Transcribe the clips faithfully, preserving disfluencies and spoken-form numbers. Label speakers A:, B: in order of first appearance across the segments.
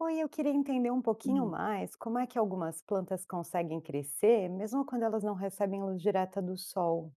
A: Oi, eu queria entender um pouquinho
B: Hum,
A: mais como é que algumas plantas conseguem crescer, mesmo quando elas não recebem luz direta do sol.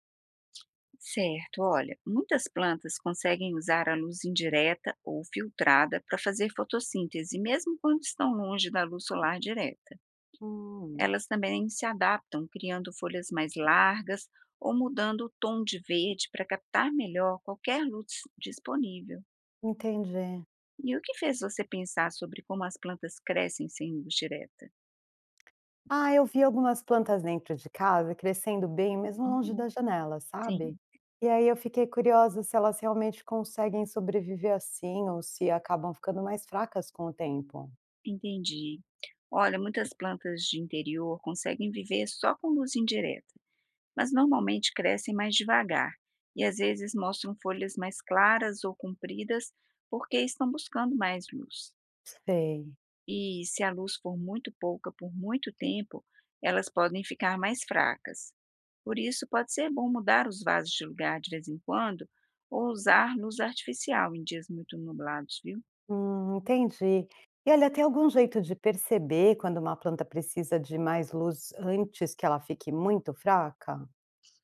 B: certo, olha, muitas plantas conseguem usar a luz indireta ou filtrada para fazer fotossíntese, mesmo quando estão longe da luz solar direta.
A: Hum.
B: Elas também se adaptam, criando folhas mais largas ou mudando o tom de verde para captar melhor qualquer luz disponível.
A: Entendi.
B: E o que fez você pensar sobre como as plantas crescem sem luz direta?
A: Ah, eu vi algumas plantas dentro de casa crescendo bem, mesmo longe
B: Uhum,
A: da janela,
B: sim,
A: sabe? E aí eu fiquei curiosa se elas realmente conseguem sobreviver assim ou se acabam ficando mais fracas com o tempo.
B: entendi. Olha, muitas plantas de interior conseguem viver só com luz indireta, mas normalmente crescem mais devagar e às vezes mostram folhas mais claras ou compridas porque estão buscando mais luz.
A: Sei.
B: E se a luz for muito pouca por muito tempo, elas podem ficar mais fracas. Por isso, pode ser bom mudar os vasos de lugar de vez em quando ou usar luz artificial em dias muito nublados, viu?
A: Hum, entendi. E olha, tem algum jeito de perceber quando uma planta precisa de mais luz antes que ela fique muito fraca?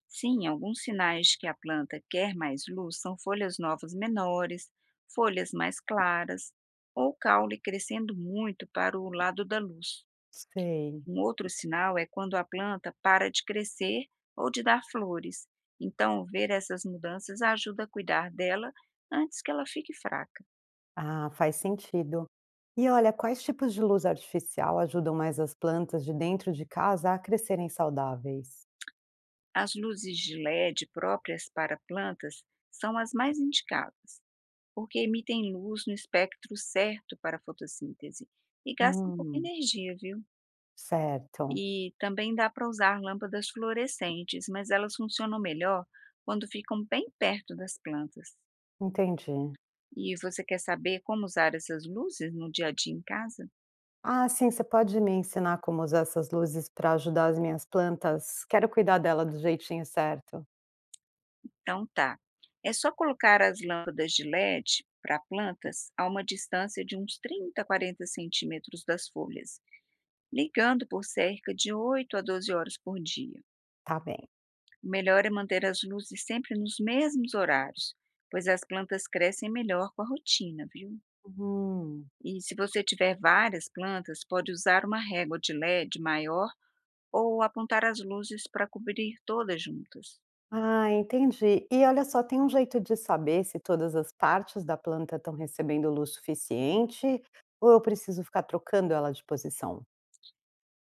B: Sim, alguns sinais que a planta quer mais luz são folhas novas menores, folhas mais claras ou caule crescendo muito para o lado da luz.
A: Sei.
B: Um outro sinal é quando a planta para de crescer ou de dar flores. Então, ver essas mudanças ajuda a cuidar dela antes que ela fique fraca.
A: Ah, faz sentido. E olha, quais tipos de luz artificial ajudam mais as plantas de dentro de casa a crescerem saudáveis?
B: As luzes de LED próprias para plantas são as mais indicadas, porque emitem luz no espectro certo para a fotossíntese e gastam pouca
A: Hum,
B: energia, viu?
A: certo,
B: E também dá para usar lâmpadas fluorescentes, mas elas funcionam melhor quando ficam bem perto das plantas.
A: entendi.
B: E você quer saber como usar essas luzes no dia a dia em casa?
A: Ah, sim, você pode me ensinar como usar essas luzes para ajudar as minhas plantas? Quero cuidar dela do jeitinho certo.
B: Então tá. É só colocar as lâmpadas de LED para plantas a uma distância de uns trinta a quarenta centímetros das folhas, ligando por cerca de oito a doze horas por dia.
A: Tá bem.
B: O melhor é manter as luzes sempre nos mesmos horários, pois as plantas crescem melhor com a rotina, viu?
A: Hum.
B: E se você tiver várias plantas, pode usar uma régua de LED maior ou apontar as luzes para cobrir todas juntas.
A: Ah, entendi. E olha só, tem um jeito de saber se todas as partes da planta estão recebendo luz suficiente ou eu preciso ficar trocando ela de posição?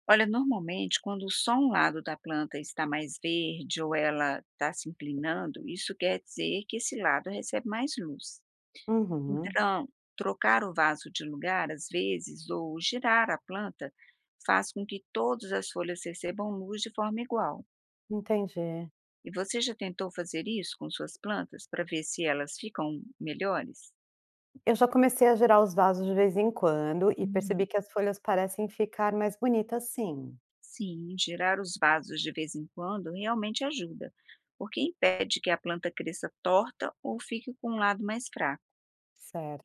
B: Olha, normalmente, quando só um lado da planta está mais verde ou ela está se inclinando, isso quer dizer que esse lado recebe mais luz.
A: Uhum,
B: Então, trocar o vaso de lugar às vezes ou girar a planta faz com que todas as folhas recebam luz de forma igual.
A: entendi.
B: E você já tentou fazer isso com suas plantas para ver se elas ficam melhores?
A: Eu já comecei a girar os vasos de vez em quando e
B: Uhum.
A: percebi que as folhas parecem ficar mais bonitas sim.
B: Sim, girar os vasos de vez em quando realmente ajuda, porque impede que a planta cresça torta ou fique com um lado mais fraco.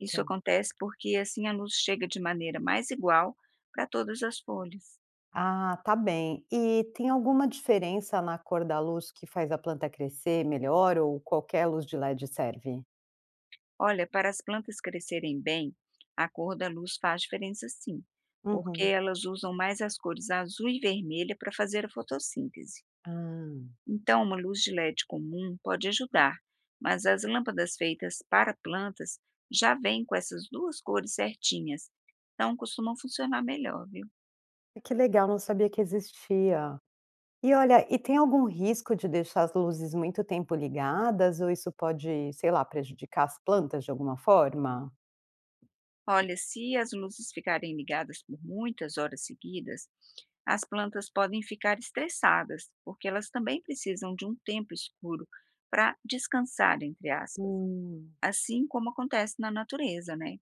B: Isso acontece porque assim a luz chega de maneira mais igual para todas as folhas.
A: Ah, tá bem. E tem alguma diferença na cor da luz que faz a planta crescer melhor ou qualquer luz de L E D serve?
B: Olha, para as plantas crescerem bem, a cor da luz faz diferença sim, porque
A: Uhum.
B: elas usam mais as cores azul e vermelha para fazer a fotossíntese.
A: Ah.
B: Então, uma luz de LED comum pode ajudar, mas as lâmpadas feitas para plantas já vêm com essas duas cores certinhas, então costumam funcionar melhor, viu?
A: Que legal, não sabia que existia. E olha, e tem algum risco de deixar as luzes muito tempo ligadas ou isso pode, sei lá, prejudicar as plantas de alguma forma?
B: Olha, se as luzes ficarem ligadas por muitas horas seguidas, as plantas podem ficar estressadas, porque elas também precisam de um tempo escuro para descansar, entre aspas,
A: Hum,
B: assim como acontece na natureza, né?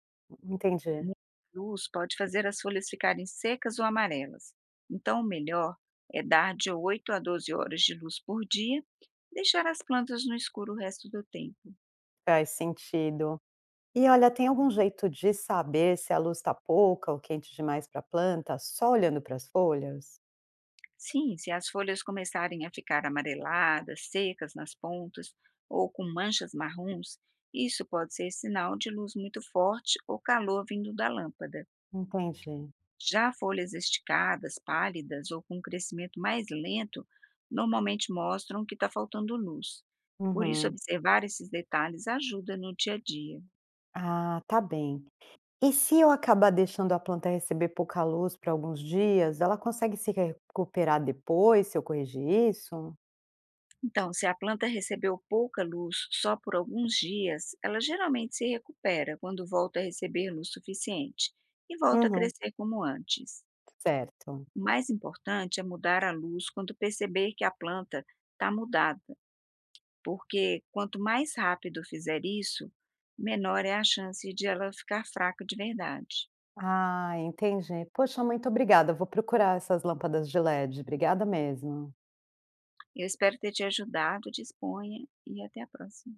A: entendi,
B: Muita luz pode fazer as folhas ficarem secas ou amarelas. Então, o melhor é dar de oito a doze horas de luz por dia, deixar as plantas no escuro o resto do tempo.
A: faz sentido. E olha, tem algum jeito de saber se a luz está pouca ou quente demais para a planta só olhando para as folhas?
B: Sim, se as folhas começarem a ficar amareladas, secas nas pontas ou com manchas marrons, isso pode ser sinal de luz muito forte ou calor vindo da lâmpada.
A: Entendi.
B: Já folhas esticadas, pálidas ou com crescimento mais lento normalmente mostram que está faltando luz. Por isso,
A: Uhum.
B: observar esses detalhes ajuda no dia a dia.
A: Ah, tá bem. E se eu acabar deixando a planta receber pouca luz por alguns dias, ela consegue se recuperar depois, se eu corrigir isso?
B: Então, se a planta recebeu pouca luz só por alguns dias, ela geralmente se recupera quando volta a receber luz suficiente e volta a
A: Uhum,
B: crescer como antes.
A: certo.
B: O mais importante é mudar a luz quando perceber que a planta está mudada, porque quanto mais rápido fizer isso, menor é a chance de ela ficar fraca de verdade.
A: Ah, entendi. Poxa, muito obrigada. Vou procurar essas lâmpadas de L E D. Obrigada mesmo.
B: Eu espero ter te ajudado, disponha e até a próxima.